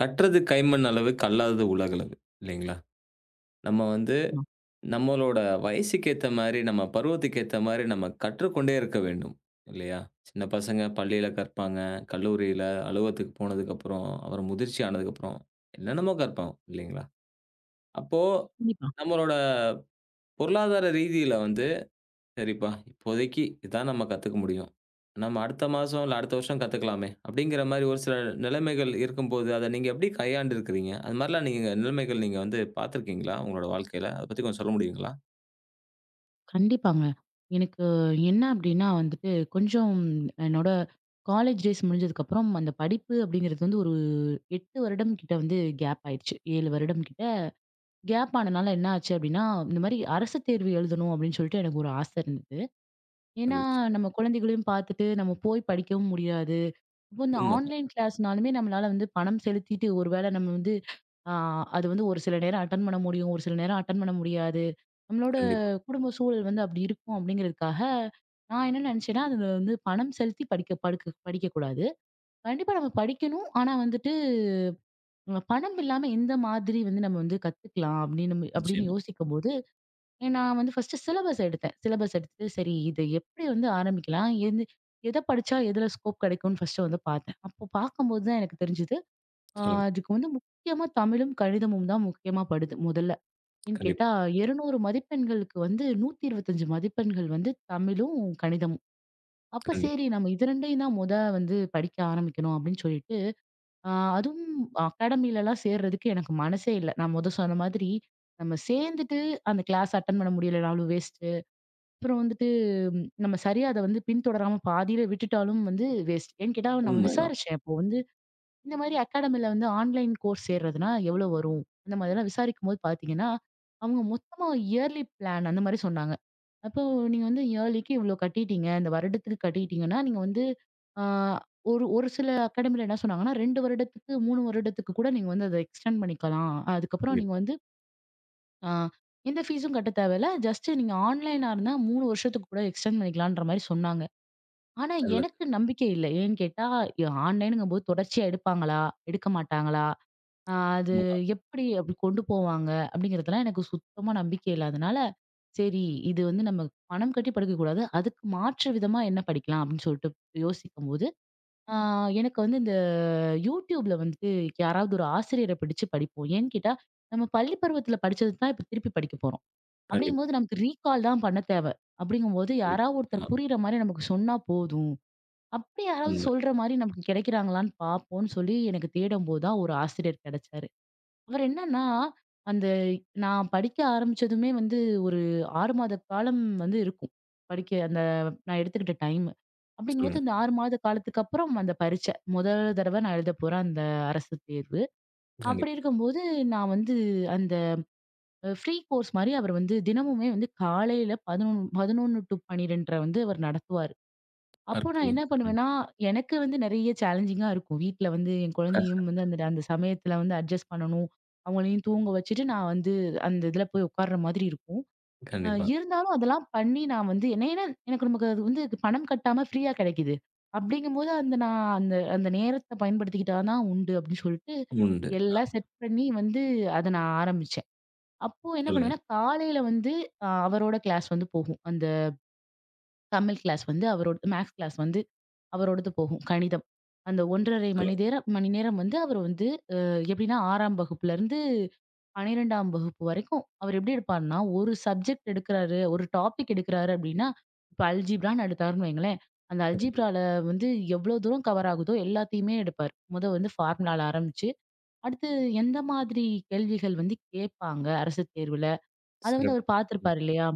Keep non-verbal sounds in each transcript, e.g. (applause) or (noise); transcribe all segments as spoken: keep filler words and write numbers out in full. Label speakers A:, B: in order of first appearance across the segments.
A: கற்றது கைமண் அளவு, கல்லாதது உலகளவு. இல்லைங்களா? நம்ம வந்து
B: ஆமா.
A: நம்மளோட வயசுக்கு ஏத்த மாரி, நம்ம பருவத்துக்கு ஏத்த மாரி நம்ம கற்றுக்கொண்டே இருக்க வேண்டும். இல்லையா? சின்ன பசங்க பள்ளியில கற்பாங்க, கல்லூரியில, அலுவலகத்துக்கு போனதுக்கப்புறம், அப்புறம் அப்புறம் முதிர்ச்சி ஆனதுக்கப்புறம், என்னென்னமோ கற்போம். இல்லைங்களா? அப்போ
B: கண்டிப்பா,
A: நம்மளோட பொருளாதார ரீதியில வந்து சரிப்பா. இப்போதைக்கு இதான் நம்ம கத்துக்க முடியும். நம்ம அடுத்த மாசம் இல்ல அடுத்த வருஷம் கத்துக்கலாமே! அப்டிங்கிற மாரி ஒரு சில நிலைமைகள் இருக்கும்போது, அத நீங்க எப்டி கையாண்டு இருக்கிறீங்க? அது மாரிலாம் நீங்க நிலைமைகள் நீங்க வந்து பார்த்திருக்கீங்களா உங்களோட வாழ்க்கையில? அத பத்தி கொஞ்சம் சொல்ல முடியுங்களா?
B: கண்டிப்பாங்க. எனக்கு என்ன அப்டின்னா வந்துட்டு, கொஞ்சம் என்னோட காலேஜ் டேஸ் முடிஞ்சதுக்கப்புறம், அந்த படிப்பு அப்படிங்கிறது வந்து ஒரு எட்டு வருடம் கிட்ட வந்து கேப் ஆயிடுச்சு. ஏழு வருடம் கிட்ட கேப் ஆனனால என்ன ஆச்சு அப்டின்னா, இந்த மாரி அரசு தேர்வு எழுதணும் அப்படின்னு சொல்லிட்டு எனக்கு ஒரு ஆசை இருந்தது. ஏன்னா,
A: மகிழ்ச்சியா.
B: நம்ம குழந்தைகளையும் பார்த்துட்டு நம்ம போய் படிக்கவும் முடியாது. இப்போ இந்த
A: உண்மதான்.
B: ஆன்லைன் கிளாஸ்னாலுமே நம்மளால வந்து பணம் செலுத்திட்டு ஒருவேளை நம்ம வந்து ஆ, அது வந்து ஒரு சில நேரம் அட்டன் பண்ண முடியும். ஒரு சில நேரம் அட்டன் பண்ண முடியாது. நம்மளோட
A: கண்டிப்பா.
B: குடும்ப சூழல் வந்து அப்படி இருக்கும் அப்படிங்கிறதுக்காக, நான் என்ன நினைச்சேன்னா, அதுல வந்து பணம் செலுத்தி படிக்க படுக்க படிக்கக்கூடாது. கண்டிப்பா நம்ம படிக்கணும். ஆனா வந்துட்டு, நம்ம பணம் இல்லாம எந்த மாதிரி வந்து நம்ம வந்து கத்துக்கலாம் அப்படின்னு நம்ம அப்படின்னு
A: நிச்சயமா.
B: யோசிக்கும்போது ஏ, நான் வந்து ஃபர்ஸ்ட் சிலபஸ் எடுத்தேன். சிலபஸ் எடுத்துட்டு, சரி இது எப்படி வந்து ஆரம்பிக்கலாம்? எது எத படிச்சா எதுல ஸ்கோப் கிடைக்கும்னு ஃபர்ஸ்ட் வந்து பார்த்தேன். அப்போ பார்க்கும்போது தான் எனக்கு தெரிஞ்சது. ஆ
A: சொல்லுங்க.
B: அதுக்கு வந்து முக்கியமா தமிழும், கணிதமும் தான் முக்கியமா படுது முதல்ல. ஏன்னு கேட்டா
A: கண்டிப்பா,
B: இருநூறு மதிப்பெண்களுக்கு வந்து நூற்று இருபத்தி ஐந்து மதிப்பெண்கள் வந்து தமிழும், கணிதமும். அப்ப சரி
A: கண்டிப்பா.
B: நம்ம இது 2யும் தான் மொத வந்து படிக்க ஆரம்பிக்கணும் அப்படின்னு சொல்லிட்டு, ஆ அதுவும் அகாடமிலலாம் சேர்றதுக்கு எனக்கு மனசே இல்ல. நான் மொத சொன்ன மாதிரி நம்ம சேர்ந்துட்டு அந்த கிளாஸ் அட்டெண்ட் பண்ண முடியலனாலும் வேஸ்ட். அப்புறம் வந்துட்டு ம், நம்ம சரியா அத வந்து பின்தொடராம பாதியில விட்டுட்டாலும் வந்து வேஸ்ட். ஏன்னு கேட்டா, நம்ம
A: உண்மைதான்.
B: விசாரிச்சேன். அப்போ வந்து இந்த மாரி அகாடமில வந்து ஆன்லைன் கோர்ஸ் சேர்றதுனா எவ்வளோ வரும்? அந்த மாதிரிலாம் விசாரிக்கும்போது பார்த்தீங்கன்னா, அவங்க மொத்தமா இயர்லி பிளான் அந்த மாரி சொன்னாங்க. அப்போ நீங்க வந்து இயர்லிக்கு இவ்வளோ கட்டிட்டீங்க. இந்த வருடத்துக்கு கட்டிட்டீங்கன்னா, நீங்க வந்து ஆ ஒரு ஒரு சில அகாடமில என்ன சொன்னாங்கன்னா, ரெண்டு வருடத்துக்கு, மூன்று வருடத்துக்கு கூட நீங்க வந்து அத எக்ஸ்டெண்ட் பண்ணிக்கலாம். அதுக்கப்புறம் நீங்க
A: கண்டிப்பா.
B: வந்து ஆ. எந்த ஃபீஸும் கட்ட தேவையில்ல. ஜஸ்ட் நீங்க ஆன்லைனா இருந்தா மூன்று வருஷத்துக்கு கூட எக்ஸ்டெண்ட் பண்ணிக்கலான்ற மாரி சொன்னாங்க. ஆனா
A: நல்லது.
B: எனக்கு நம்பிக்கை இல்ல. ஏன்னு கேட்டா, ஆன்லைனுங்கும்போது தொடர்ச்சியா எடுப்பாங்களா? எடுக்க மாட்டாங்களா? அ அது
A: உண்மதான்.
B: எப்படி அப்படி கொண்டு போவாங்க? அப்படிங்கிறதெல்லாம் எனக்கு சுத்தமா நம்பிக்கை இல்லாதனால, சரி இது வந்து நம்ம பணம் கட்டி படிக்கக்கூடாது. அதுக்கு மாற்று விதமா என்ன படிக்கலாம்? அப்படின்னு சொல்லிட்டு யோசிக்கும்போது, ஆ எனக்கு வந்து இந்த YouTubeல வந்துட்டு யாராவது ஒரு ஆசிரியர பிடிச்சு படிப்போம். ஏன்னு கேட்டா, நம்ம பள்ளி பருவத்தில படிச்சது தான் இப்ப திருப்பி படிக்க போறோம்.
A: கண்டிப்பா,
B: அப்படிங்கும்போது நமக்கு ரீகால் தான் பண்ண தேவை. அப்படிங்கும்போது
A: கண்டிப்பா.
B: யாராவது
A: ஆமா.
B: ஒருத்தர் புரியிற மாரி நமக்கு சொன்னா போதும். அப்படி யாராவது
A: உண்மை.
B: சொல்ற மாரி நமக்கு கிடைக்கிறாங்களான்னு பார்ப்போம்ன்னு சொல்லி எனக்கு தேடும்போது தான் ஒரு ஆசிரியர் கிடைச்சாரு. அவர் என்னன்னா, அந்த நான் படிக்க ஆரம்பிச்சதுமே வந்து ஒரு ஆறு மாத காலம் வந்து இருக்கும். படிக்க அந்த நான் எடுத்துக்கிட்ட டைம்.
A: சொல்லுங்க.
B: அப்படிங்கும்போது இந்த ஆறு மாத காலத்துக்கு அப்புறம் அந்த பரீட்சை. முதல் தடவ நான் எழுத போற அந்த அரசு தேர்வு. அப்படி
A: கண்டிப்பா.
B: இருக்கும்போது நான் வந்து அந்த ஃப்ரீ கோர்ஸ் மாரி அவர் வந்து தினமுமே வந்து காலையில பதினொன்று பதினொன்று டூ பன்னிரண்டு முப்பது வந்து அவர் நடத்துவாரு. அப்போ நான்
A: அற்புதம்.
B: என்ன
A: ம்.
B: பண்ணுவேன்னா, எனக்கு வந்து நெறைய சேலஞ்சிங்கா இருக்கும். வீட்ல வந்து என் குழந்தையும் வந்து அந்த அந்த சமயத்துல வந்து அட்ஜஸ்ட் பண்ணணும். அவங்களையும் தூங்க வச்சுட்டு நான் வந்து அந்த இதுல போய் உட்கார்ற மாதிரி இருக்கும். அ
A: கண்டிப்பா.
B: இருந்தாலும் அதெல்லாம் பண்ணி நான் வந்து என்ன ஏன்னா எனக்கு நமக்கு அது வந்து பணம் கட்டாம ஃப்ரீயா கிடைக்குது. அப்படிங்கும்போது அந்த நான் அந்த அந்த நேரத்த பயன்படுத்திக்கிட்டா தான் உண்டு அப்படின்னு சொல்லிட்டு
A: உண்டு.
B: எல்லாம் செட் பண்ணி வந்து அத நான் ஆரம்பிச்சேன். அப்போ என்ன
A: சொல்லுங்க,
B: பண்ணுவேன்னா, காலையில வந்து அ அவரோட கிளாஸ் வந்து போகும். அந்த தமிழ் கிளாஸ் வந்து அவரோட மேக்ஸ் கிளாஸ் வந்து அவரோடது போகும். கணிதம். அந்த ஒன்று அரை மணி
A: சொல்லுங்க.
B: நேரம் மணி நேரம் வந்து அவர் வந்து அஹ், எப்படின்னா 6ஆம் வகுப்புலருந்து 12ஆம் வகுப்பு வரைக்கும் அவர் எப்படி எடுப்பார்ன்னா, ஒரு சப்ஜெக்ட் எடுக்குறாரு, ஒரு டாபிக் எடுக்குறாரு அப்படின்னா, இப்ப அல்ஜீப்ரான்னு எடுத்தாருன்னு வைங்களேன், அந்த
A: சரிங்க.
B: அல்ஜீப்ரால வந்து எவ்வளோ தூரம் கவர் ஆகுதோ எல்லாத்தையுமே எடுப்பார். முத வந்து ஃபார்முலால ஆரம்பிச்சு, அடுத்து எந்த மாதிரி கேள்விகள் வந்து கேட்பாங்க அரசு தேர்வுல, அத வந்து அவர்
A: சிறப்பு. ம்.
B: பார்த்துருப்பார் இல்லையா?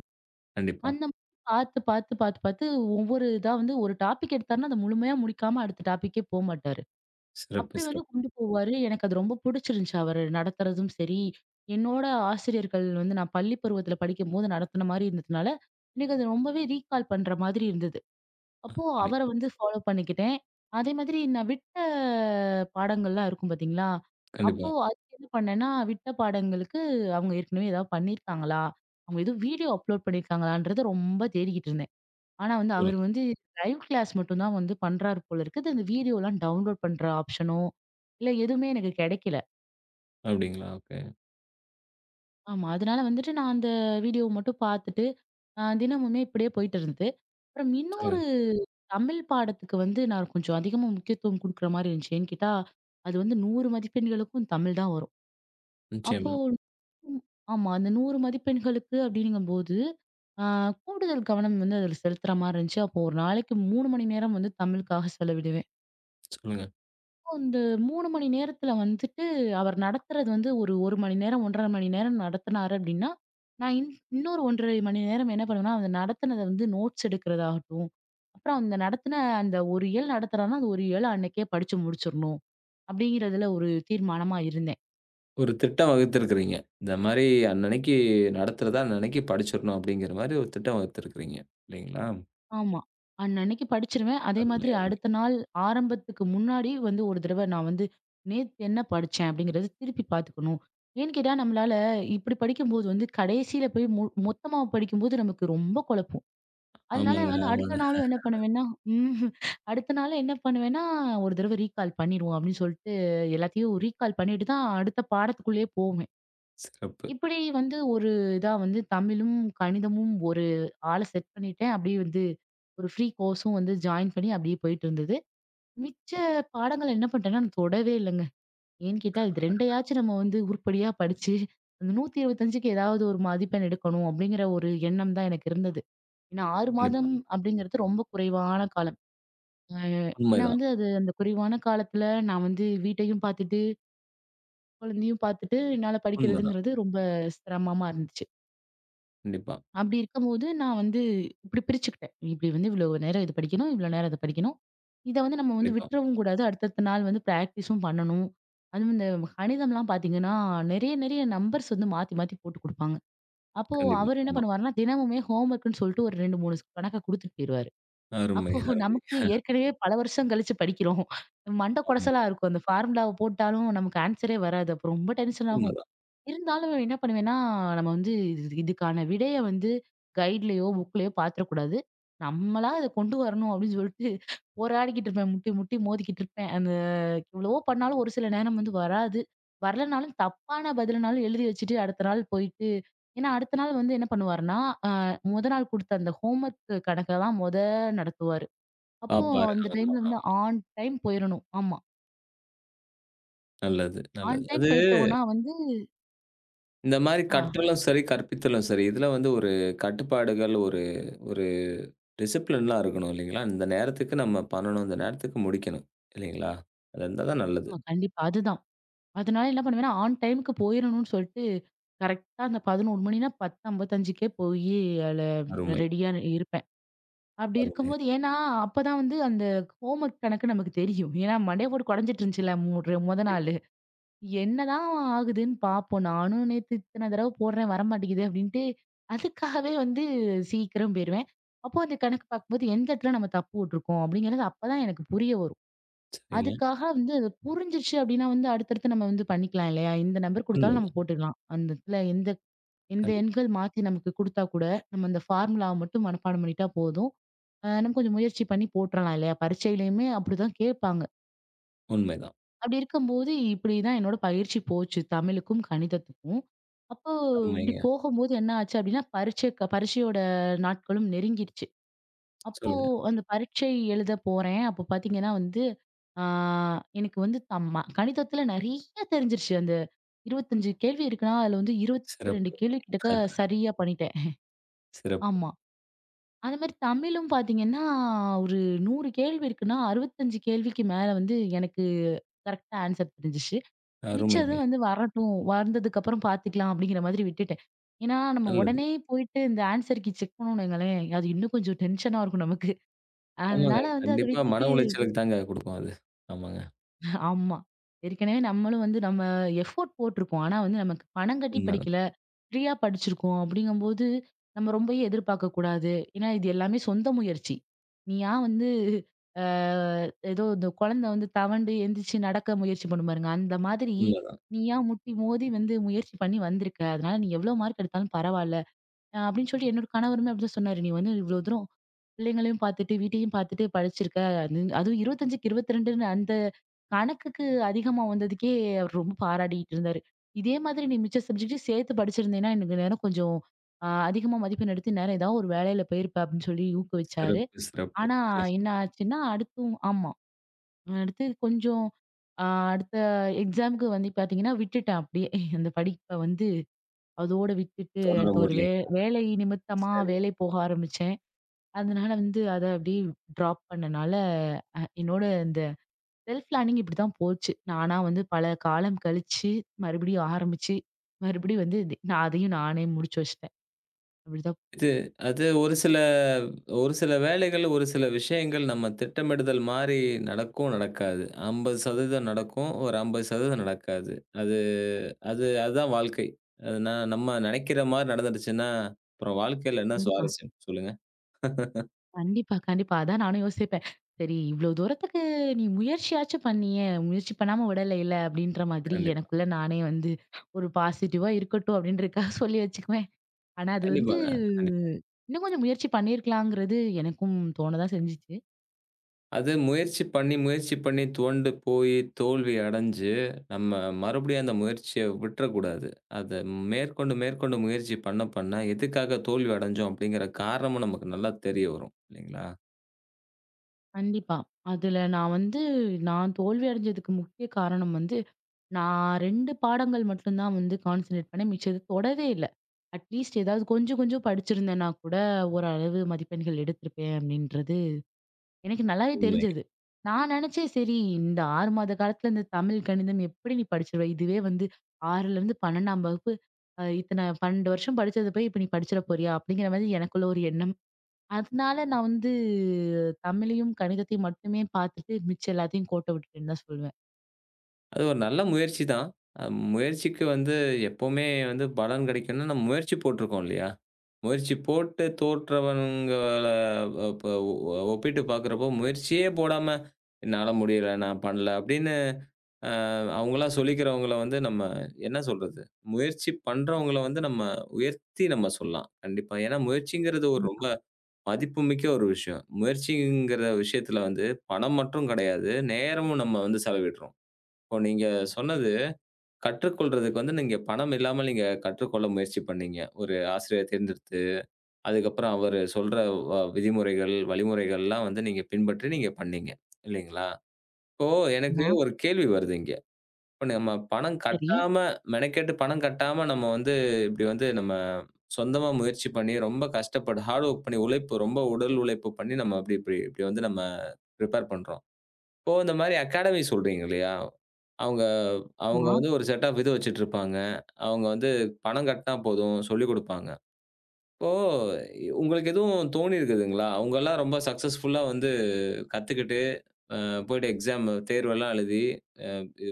A: கண்டிப்பா.
B: அந்த மாரி பார்த்து, பார்த்து, பார்த்து, பார்த்து ஒவ்வொரு இதா வந்து ஒரு டாபிக் எடுத்தாருன்னா, அத முழுமையா முடிக்காம அடுத்த டாபிக்கே போமாட்டாரு.
A: சிறப்பு,
B: அப்படி வந்து
A: சிறப்பு.
B: கொண்டு போவாரு. எனக்கு அது ரொம்ப புடிச்சிருந்துச்சு. அவரு நடத்துறதும் சரி, என்னோட ஆசிரியர்கள் வந்து நான் பள்ளி பருவத்தில படிக்கும்போது நடத்தின மாரி இருந்ததுனால, எனக்கு அது ரொம்பவே ரீகால் பண்ற மாதிரி இருந்தது. அப்போ
A: உண்மை.
B: அவர வந்து ஃபாலோ பண்ணிக்கிட்டேன். அதே மாதிரி நான் விட்ட பாடங்கள்லாம் இருக்கும் பார்த்தீங்களா?
A: கண்டிப்பா.
B: அப்போ அதுக்கு என்ன பண்ணேன்னா, விட்ட பாடங்களுக்கு அவங்க ஏற்கனவே ஏதாவது பண்ணியிருக்காங்களா? அவங்க எதுவும் வீடியோ அப்லோட் பண்ணியிருக்காங்களான்றத ரொம்ப தேடிக்கிட்டு இருந்தேன். ஆனா வந்து அவரு
A: சொல்லுங்க.
B: வந்து லைவ் கிளாஸ் மட்டும் தான் வந்து பண்றாரு போல இருக்கு. அது அந்த வீடியோலாம் டவுன்லோட் பண்ற ஆப்ஷனோ, இல்ல எதுவுமே எனக்கு கிடைக்கல.
A: அப்டிங்களா? ஓகே.
B: ஆமா. அதனால வந்துட்டு நான் அந்த வீடியோவ மட்டும் பார்த்துட்டு, அ தினமுமே இப்படியே போயிட்டு இருந்தது. அப்புறம் இன்னொரு
A: சொல்லுங்க.
B: தமிழ் பாடத்துக்கு வந்து நான் கொஞ்சம் அதிகமா முக்கியத்துவம் குடுக்குற மாரி இருந்துச்சு. ஏன்னு கேட்டா, அது வந்து நூறு மதிப்பெண்களுக்கும் தமிழ் தான் வரும். அப்போ
A: நிச்சயமா.
B: ஆமா. அந்த நூறு மதிப்பெண்களுக்கு அப்படிங்கும்போது, அ கூடுதல் கவனம் வந்து அதில செலுத்துற மாரி இருந்துச்சு. அப்போ ஒரு நாளைக்கு மூன்று மணி நேரம் வந்து தமிழுக்காக செலவிடுவேன்.
A: சொல்லுங்க.
B: அந்த மூன்று மணி நேரத்துல வந்துட்டு, அவர் நடத்துறது வந்து ஒரு 1 மணி நேரம், ஒரு அரை மணி நேரம் நடத்துனாரு அப்டின்னா, நான் இன் இன்னொரு ஒன்று அரை மணி நேரம் என்ன பண்ணுவேன்னா, அந்த நடத்துனத வந்து நோட்ஸ் எடுக்கிறதாகட்டும், அப்புறம் அந்த நடத்துன அந்த ஒரு இயல் நடத்துறான்னா, அந்த ஒரு இயல அன்னைக்கே படிச்சு முடிச்சிரணும். அப்டிங்கிறதுல ஒரு தீர்மானமா இருந்தேன்.
A: ஒரு திட்டம் வகுத்திருக்கிறீங்க. இந்த மாரி அன்னன்னைக்கு நடத்துறத அன்னன்னைக்கு படிச்சிரணும் அப்டிங்கிற மாரி ஒரு திட்டம் வகுத்திருக்கிறீங்க. இல்லைங்களா?
B: ஆமா. அன்னன்னைக்கு படிச்சுருவேன். அதே
A: அருமை,
B: மாதிரி
A: அருமை.
B: அடுத்த நாள் ஆரம்பத்துக்கு முன்னாடி வந்து ஒரு தடவ நான் வந்து நேத்து என்ன படிச்சேன் அப்படிங்கிறத திருப்பி பார்த்துக்கணும். ஏன்னு கேட்டா நம்மளால இப்படி படிக்கும்போது வந்து கடைசியில போய் மு மொத்தமா படிக்கும்போது நமக்கு ரொம்ப குழப்பும். அதனால
A: ஆமாங்க,
B: நான் வந்து அடுத்த
A: ஆமாங்க.
B: நாளும் என்ன பண்ணுவேன்னா ம் அடுத்த நாளும் என்ன பண்ணுவேன்னா, ஒரு தடவ ரீகால் பண்ணிருவோம் அப்படின்னு சொல்லிட்டு எல்லாத்தையும் ரீகால் பண்ணிட்டு தான் அடுத்த பாடத்துக்குள்ளேயே போவேன்.
A: சிறப்பு.
B: இப்படி வந்து ஒரு இதா வந்து தமிழும், கணிதமும் ஒரு ஆள செட் பண்ணிட்டேன். அப்படியே வந்து ஒரு ஃப்ரீ கோர்ஸும் வந்து ஜாயின் பண்ணி அப்படியே போயிட்டு இருந்தது. மிச்ச பாடங்கள் என்ன பண்ணிட்டேன்னா, நான் தொடவே இல்லங்க. ஏன்னு கேட்டா, இது இரண்டும் நம்ம வந்து உருப்படியா படிச்சு, அந்த 125க்கு ஏதாவது ஒரு மதிப்பெண் எடுக்கணும் அப்படிங்கிற ஒரு எண்ணம் தான் எனக்கு இருந்தது. ஏன்னா ஆறு
A: கண்டிப்பா.
B: மாதம் அப்படிங்கிறது ரொம்ப குறைவான காலம். அ ஏன்னா
A: உண்மைதான்,
B: வந்து அது அந்த குறைவான காலத்துல நான் வந்து வீட்டையும் பார்த்துட்டு, குழந்தையும் பார்த்துட்டு என்னால
A: உண்மைதான்.
B: படிக்கிறதுங்கிறது ரொம்ப சிரமமா இருந்துச்சு.
A: கண்டிப்பா,
B: அப்படி இருக்கும்போது, நான் வந்து இப்படி பிரிச்சுக்கிட்டேன். இப்படி வந்து இவ்வளோ நேரம் இது படிக்கணும், இவ்வளோ நேரம் இத படிக்கணும். இத வந்து நம்ம வந்து
A: கண்டிப்பா,
B: விட்டுறவும் கூடாது. அடுத்தடுத்த நாள் வந்து பிராக்டிஸும் பண்ணணும். அதுவும் இந்த கணிதம்லாம் பார்த்தீங்கன்னா, நெறைய, நெறைய நம்பர்ஸ் வந்து மாத்தி, மாத்தி போட்டு குடுப்பாங்க. அப்போ
A: கண்டிப்பா.
B: அவர் என்ன
A: ஆமா.
B: பண்ணுவாருன்னா, தினமுமே ஹோம் ஒர்க்குன்னு சொல்லிட்டு ஒரு ரெண்டு, மூன்று கணக்க குடுத்துட்டு போயிருவாரு.
A: அருமை,
B: அப்போ
A: அருமை.
B: நமக்கு ஏற்கனவே பல வருஷம் கழிச்சு படிக்கிறோம். மண்ட
A: ஆமா.
B: கொடச்சலா இருக்கும். அந்த ஃபார்முலாவ போட்டாலும் நமக்கு ஆன்சரே வராது. அப்ப ரொம்ப டென்ஷன் ஆகும்.
A: உண்மதான்.
B: இருந்தாலும் என்ன பண்ணுவேன்னா, நம்ம வந்து இது இதுக்கான விடைய வந்து கைட்லயோ, புக்லயோ பாத்துறக்கூடாது. நம்மளா இத
A: கண்டிப்பா.
B: கொண்டு வரணும் அப்படின்னு சொல்லிட்டு போராடிக்கிட்டு இருப்பேன். முட்டி முட்டி மோதிக்கிட்டு இருப்பேன். அந்த எவ்வளவோ பண்ணாலும் ஒரு சில நேரம் வந்து வராது. வரலனாலும் தப்பான பதிலனாலும் எழுதி வச்சுட்டு அடுத்த நாள் போயிட்டு ஏன்னா அடுத்த நாள் வந்து என்ன பண்ணுவாருன்னா, அ மொத நாள் குடுத்த அந்த ஹோம் ஒர்க் கணக்க தான் மொத நடத்துவாரு.
A: ஆ
B: அப்போ
A: பாரு.
B: அந்த
A: ஆமா.
B: டைம்ல வந்து
A: ஆமா.
B: ஆன் டைம் போயிறணும். ஆமா.
A: நல்லது, நல்லது.
B: ஆன் டைம்
A: அது
B: போயிட்டோம்னா வந்து
A: இந்த மாரி
B: ஆ
A: கற்றலும் சரி, கற்பித்தலும் சரி, இதுல வந்து ஒரு கட்டுப்பாடுகள், ஒரு ஒரு டிசிப்ளின்லாம் இருக்கணும் இல்லைங்களா? இந்த நேரத்துக்கு நம்ம பண்ணணும். இந்த நேரத்துக்கு முடிக்கணும். இல்லைங்களா? அது இருந்தா தான் நல்லது.
B: ஆமா கண்டிப்பா. அதுதான். அதனால என்ன பண்ணுவேன்னா, ஆன் டைம்க்கு போயிரணும்னு சொல்ட்டு, கரெக்ட்டா அந்த பதினொன்று மணின்னா 10:55க்கே போயி அதுல
A: அருமை,
B: ரெடியா இருப்பேன். அப்படி
A: அருமை.
B: இருக்கும்போது ஏன்னா, அப்பதான் வந்து அந்த ஹோம் ஒர்க் கணக்கு நமக்கு தெரியும். ஏன்னா மண்டைய போட்டு கொடைஞ்சிட்டு இருந்துச்சுல்ல மு ர மொத
A: கண்டிப்பா.
B: நாளு. என்னதான் ஆகுதுன்னு பாப்போம். நானும் நேத்து இத்தன தடவ போடுறேன் வரமாட்டேங்குது அப்படின்ட்டு, அதுக்காகவே வந்து சீக்கிரம் போயிருவேன். அப்போ அந்த கணக்கு பாக்கும்போது, எந்த இடத்துல நம்ம தப்பு விட்டுருக்கோம் அப்படிங்கிறது அப்பதான் எனக்கு புரிய வரும்.
A: சரிங்க.
B: அதுக்காக வந்து அது புரிஞ்சிருச்சு அப்டின்னா வந்து அடுத்தடுத்து நம்ம வந்து பண்ணிக்கலாம் இல்லையா? இந்த நம்பர் குடுத்தாலும் நம்ம
A: உண்மைதான்.
B: போட்டுக்கலாம். அந்த இடத்துல எந்த எந்த
A: கண்டிப்பா.
B: எண்கள் மாத்தி நமக்கு குடுத்தா கூட, நம்ம அந்த ஃபார்முலாவ மட்டும் மனப்பாடம் பண்ணிட்டா போதும். அ நம்ம கொஞ்சம் முயற்சி பண்ணி போட்டுறலாம் இல்லையா? பரீட்சையிலயுமே அப்படிதான் கேட்பாங்க.
A: உண்மைதான்.
B: அப்படி இருக்கும்போது இப்படிதான் என்னோட பயிற்சி போச்சு. தமிழுக்கும், கணிதத்துக்கும். அப்போ இப்படி
A: அருமைங்க.
B: போகும்போது என்ன ஆச்சு அப்படின்னா, பரீட்சைக்கு பரீட்சையோட நாட்களும் நெருங்கிருச்சு. அப்போ
A: சொல்லுங்க.
B: அந்த பரீட்சை எழுத போறேன். அப்போ பார்த்தீங்கன்னா வந்து, ஆ எனக்கு வந்து தம்ம கணிதத்தில நெறைய தெரிஞ்சிருச்சு. அந்த இருபத்தி ஐந்து கேள்வி இருக்குன்னா, அதுல வந்து இருபத்தி இரண்டு
A: சிறப்பு.
B: கேள்வி கிட்டக்க
A: அஹ்,
B: சரியா பண்ணிட்டேன்.
A: சிறப்பு.
B: ஆமா. அதேமாரி தமிழும் பார்த்தீங்கன்னா, ஒரு நூறு கேள்வி இருக்குன்னா, அறுபத்தி ஐந்து கேள்விக்கு மேல வந்து எனக்கு கரெக்ட்டா ஆன்சர் தெரிஞ்சுச்சு. மிச்சது
A: அருமைங்க.
B: வந்து வரட்டும், வந்ததுக்கப்புறம் பார்த்துக்கலாம் அப்படிங்கிற மாதிரி விட்டுட்டேன். ஏன்னா, நம்ம
A: நல்லது.
B: உடனே போயிட்டு இந்த ஆன்சர் கீ செக் பண்ணோம்னு வைங்களேன், அது இன்னும் கொஞ்சம் டென்ஷனா இருக்கும் நமக்கு.
A: ஆமாங்க.
B: அதனால வந்து அத
A: கண்டிப்பா
B: விட்டுட்டு
A: மன உளைச்சலுக்கு தாங்க குடுக்கும் அது. ஆமாங்க.
B: ஆமா. ஏற்கனவே நம்மளும் வந்து நம்ம எஃபோர்ட் போட்டிருக்கோம். ஆனா வந்து நமக்கு பணம் கட்டி
A: உண்மைதான்,
B: படிக்கல. ஃப்ரீயா படிச்சிருக்கோம் அப்படிங்கும்போது, நம்ம ரொம்பயே எதிர்பார்க்கக்கூடாது. ஏன்னா இது எல்லாமே சொந்த முயற்சி. நீ ஏன் வந்து அ ஏதோ இந்த குழந்தை வந்து தவண்டு எந்திரிச்சு நடக்க முயற்சி பண்ணும் பாருங்க. அந்த மாதிரி
A: உண்மைதான்.
B: நீ ஏன் முட்டி மோதி வந்து முயற்சி பண்ணி வந்திருக்க. அதனால நீ எவ்வளோ மார்க் எடுத்தாலும் பரவால்ல. அ அப்படின்னு சொல்லிட்டு என்னோட கணவருமே அப்படிதான் சொன்னாரு. "நீ வந்து இவ்வளோ தூரம் பிள்ளைங்களையும் பார்த்துட்டு, வீட்டையும் பார்த்துட்டு படிச்சிருக்க. அது அதுவும் 25க்கு 22ன்னு அந்த கணக்குக்கு அதிகமா வந்ததுக்கே அவர் ரொம்ப பாராட்டிட்டு இருந்தாரு. இதே மாதிரி நீ மிச்ச சப்ஜெக்ட்டையும் சேர்த்து படிச்சிருந்தீன்னா, எனக்கு இந்நேரம் கொஞ்சம் அ அதிகமா மதிப்பெண் எடுத்து இந்நேரம் ஏதாவது ஒரு வேலையில போயிருப்ப அப்படின்னு சொல்லி ஊக்குவிச்சாரு.
A: சிறப்பு, சிறப்பு.
B: ஆனா
A: (laughs)
B: என்ன ஆச்சுன்னா, அடுத்தும் ஆமா. அடுத்து கொஞ்சம் அ அடுத்த எக்ஸாம்க்கு வந்து பார்த்தீங்கன்னா, விட்டுட்டேன் அப்படியே. அந்த படிப்ப வந்து அதோட விட்டுட்டு
A: தொடர
B: அடுத்து ஒரு வே
A: முடியலைங்க.
B: வேலை நிமித்தமா
A: சரி.
B: வேலை போக ஆரம்பிச்சேன். அதனால வந்து அத அப்படியே ட்ராப் பண்ணனால, அ என்னோட இந்த செல்ஃப் லேர்னிங் இப்படித்தான் போச்சு. நானா வந்து பல காலம் கழிச்சு, மறுபடியும் ஆரம்பிச்சு, மறுபடியும் வந்து தி நான் அதையும் நானே முடிச்சு வச்சுட்டேன். அப்படிதான்
A: இது அது ஒரு சில ஒரு சில வேலைகள், ஒரு சில விஷயங்கள் நம்ம திட்டமிடுதல் மாரி நடக்கும், நடக்காது. ஐம்பது சதவீதம் நடக்கும், ஒரு ஐம்பது சதவீதம் நடக்காது. அது அது அதுதான் வாழ்க்கை. அது ந நம்ம நெனைக்கிற மாரி நடந்துடுச்சுன்னா, அப்புறம் வாழ்க்கையில என்ன
B: கண்டிப்பா.
A: சுவாரஸ்யம்? சொல்லுங்க.
B: கண்டிப்பா, கண்டிப்பா. அதான் நானும் யோசிப்பேன். சரி இவ்ளோ தூரத்துக்கு நீ முயற்சியாச்சும் பண்ணியே! முயற்சி பண்ணாம விடலைல்ல! அப்படின்ற மாதிரி
A: கண்டிப்பா.
B: எனக்குள்ள நானே வந்து ஒரு பாசிட்டிவா இருக்கட்டும் அப்படின்றதுக்காக (laughs) சொல்லி வச்சுக்குவேன். ஆனா அது வந்து
A: கண்டிப்பாங்க. கண்டிப்பா.
B: இன்னும் கொஞ்சம் முயற்சி பண்ணியிருக்கலாங்கிறது எனக்கும் தோண தான் செஞ்சுச்சு.
A: அது முயற்சி பண்ணி, முயற்சி பண்ணி துவண்டு போய் தோல்வி அடைஞ்சு, நம்ம மறுபடியும் அந்த முயற்சிய விட்றக்கூடாது. அத மேற்கொண்டு, மேற்கொண்டு முயற்சி பண்ண பண்ண எதுக்காக தோல்வி அடைஞ்சோம் அப்படிங்கிற காரணமும் நமக்கு நல்லா தெரிய வரும். இல்லைங்களா?
B: கண்டிப்பா. அதுல நான் வந்து நான் தோல்வி அடைஞ்சதுக்கு முக்கிய காரணம் வந்து நான் ரெண்டு பாடங்கள் மட்டும் தான் வந்து கான்சன்ட்ரேட் பண்ணேன். மிச்சது தொடவே இல்ல. அட்லீஸ்ட் ஏதாவது கொஞ்சம் கொஞ்சம் படிச்சிருந்தேன்னா கூட ஓரளவு மதிப்பெண்கள் எடுத்திருப்பேன் அப்படின்றது எனக்கு நல்லாவே
A: உண்மை.
B: தெரிஞ்சது. நான் நினைச்சேன் சரி இந்த ஆறு மாத காலத்துல இந்த தமிழ், கணிதம் எப்படி நீ படிச்சிருவ? இதுவே வந்து 6லேருந்து 12ஆம் வகுப்பு அ இத்தன பன்னிரண்டு வருஷம் படிச்சத போய் இப்ப நீ படிச்சிட போறியா? அப்படிங்கிற மாதிரி எனக்குள்ள ஒரு எண்ணம். அதனால நான் வந்து தமிழையும், கணிதத்தையும் மட்டுமே பார்த்துட்டு மிச்சம் எல்லாத்தையும் கோட்ட விட்டுட்டேன்னு தான் சொல்லுவேன்.
A: அது ஒரு நல்ல முயற்சி தான். அ முயற்சிக்கு வந்து எப்பவுமே வந்து பலன் கிடைக்கணும்னா, நம்ம முயற்சி போட்டுருக்கோம் இல்லையா? முயற்சி போட்டு தோற்றவங்கள இப்ப ஒ ஒப்பிட்டு பார்க்குறப்போ, முயற்சியே போடாம "என்னால முடியல, நான் பண்ணல" அப்படின்னு அ அவங்களா சொல்லிக்கிறவங்கள வந்து நம்ம என்ன சொல்றது? முயற்சி பண்றவங்கள வந்து நம்ம உயர்த்தி நம்ம சொல்லலாம். கண்டிப்பா. ஏன்னா முயற்சிங்கிறது ஒரு ரொம்ப மதிப்புமிக்க ஒரு விஷயம். முயற்சிங்கிற விஷயத்துல வந்து பணம் மட்டும் கிடையாது, நேரமும் நம்ம வந்து செலவிடுறோம். இப்போ நீங்க சொன்னது, கற்றுக்கொள்றதுக்கு வந்து நீங்க பணம் இல்லாமல் நீங்க கற்றுக்கொள்ள முயற்சி பண்ணீங்க. ஒரு ஆசிரியர தேர்ந்தெடுத்து, அதுக்கப்புறம் அவரு சொல்ற வ விதிமுறைகள், வழிமுறைகள்லாம் வந்து நீங்க பின்பற்றி நீங்க பண்ணீங்க. இல்லைங்களா? இப்போ எனக்கு
B: ஆமா.
A: ஒரு கேள்வி வருது இங்க. இப்ப நம்ம பணம்
B: சரி.
A: கட்டாம மெனக்கெட்டு பணம் கட்டாம நம்ம வந்து இப்படி வந்து நம்ம சொந்தமா முயற்சி பண்ணி, ரொம்ப கஷ்டப்பட்டு ஹார்ட் வொர்க் பண்ணி, உழைப்பு ரொம்ப உடல் உழைப்பு பண்ணி நம்ம அப்படி இப்படி இப்படி வந்து நம்ம ப்ரிப்பேர் பண்றோம். இப்போ இந்த மாரி அகாடமி சொல்றீங்க இல்லையா? அவங்க அவங்க
B: ஆமா.
A: வந்து ஒரு செட் ஆஃப் இது வச்சுட்டுருப்பாங்க. அவங்க வந்து பணம் கட்னா போதும் சொல்லிக் குடுப்பாங்க. இப்போ உங்களுக்கு எதுவும் தோணியிருக்குதுங்களா? அவங்கலாம் ரொம்ப சக்சஸ்ஃபுல்லா வந்து கத்துக்கிட்டு, அ போயிட்டு எக்ஸாம் தேர்வெல்லாம் எழுதி, அ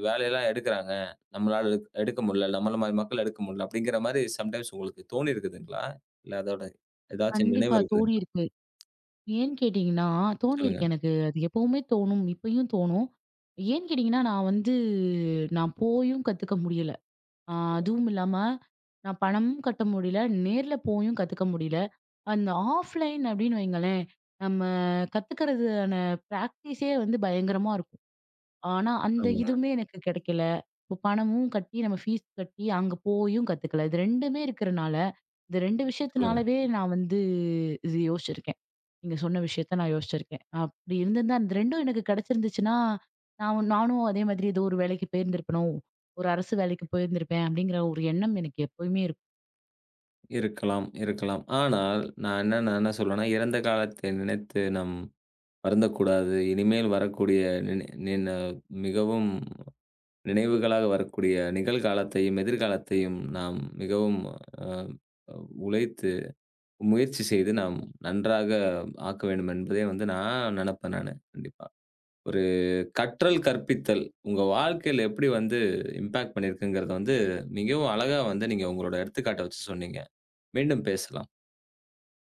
A: வேலையெல்லாம் எடுக்குறாங்க. நம்மளால எடுக் எடுக்க முடியல. நம்மள மாரி மக்கள் எடுக்க முடியல. அப்படிங்கிற மாரி சம்டைம்ஸ் உங்களுக்கு தோணியிருக்குதுங்களா? இல்ல அதோட ஏதாச்சும் நினைவு
B: கண்டிப்பா
A: இருக்குதுங்களா?
B: தோணியிருக்கு. ஏன்னு கேட்டீங்கன்னா,
A: சொல்லுங்க.
B: தோணியிருக்கு எனக்கு. அது எப்பவுமே தோணும். இப்பயும் தோணும். ஏன்னு கேட்டீங்கன்னா, நான் வந்து நான் போயும் கத்துக்க முடியல. அ அதுவும் இல்லாம நான் பணமும் கட்ட முடியல. நேர்ல போயும் கத்துக்க முடியல. அந்த ஆஃப்லைன் அப்படின்னு வைங்களேன், நம்ம கத்துக்கிறதுக்கான பிராக்டிஸே வந்து பயங்கரமா இருக்கும். ஆனா, அந்த
A: ஆமாங்க.
B: இதுவுமே எனக்கு கிடைக்கல. இப்போ பணமும் கட்டி நம்ம ஃபீஸ் கட்டி அங்க போயும் கத்துக்கல. இது 2மே இருக்கிறனால இந்த ரெண்டு
A: சொல்லுங்க.
B: விஷயத்துனாலவே நான் வந்து இது யோசிச்சிருக்கேன். நீங்க சொன்ன விஷயத்த நான் யோசிச்சிருக்கேன். அப்படி இருந்திருந்தா அந்த 2ம் எனக்கு கிடைச்சிருந்துச்சுன்னா, நான் நானும் அதே மாதிரி ஏதோ ஒரு வேலைக்கு போயிருந்திருப்பனோ! ஒரு அரசு வேலைக்கு போயிருந்திருப்பேன். அப்படிங்கிற ஒரு எண்ணம் எனக்கு எப்பவுமே இருக்கும்.
A: இருக்கலாம், இருக்கலாம். ஆனால், நான் என்ன நான் என்ன சொல்றேன்னா, இறந்த காலத்தை நினைத்து நம் வருந்தக்கூடாது. இனிமேல் வரக்கூடிய நினை நின மிகவும் நினைவுகளாக வரக்கூடிய நிகழ்காலத்தையும், எதிர்காலத்தையும் நாம் மிகவும் அ அ உழைத்து, முயற்சி செய்து நாம் நன்றாக ஆக்க வேண்டும் என்பதே வந்து நான் நினைப்பேன் நானு, கண்டிப்பா. ஒரு கற்றல், கற்பித்தல் உங்க வாழ்க்கையில எப்படி வந்து இம்பாக்ட் பண்ணியிருக்குங்கிறத வந்து மிகவும் அழகா வந்து நீங்க உங்களோட எடுத்துக்காட்ட வச்சு சொன்னீங்க. மீண்டும் பேசலாம்.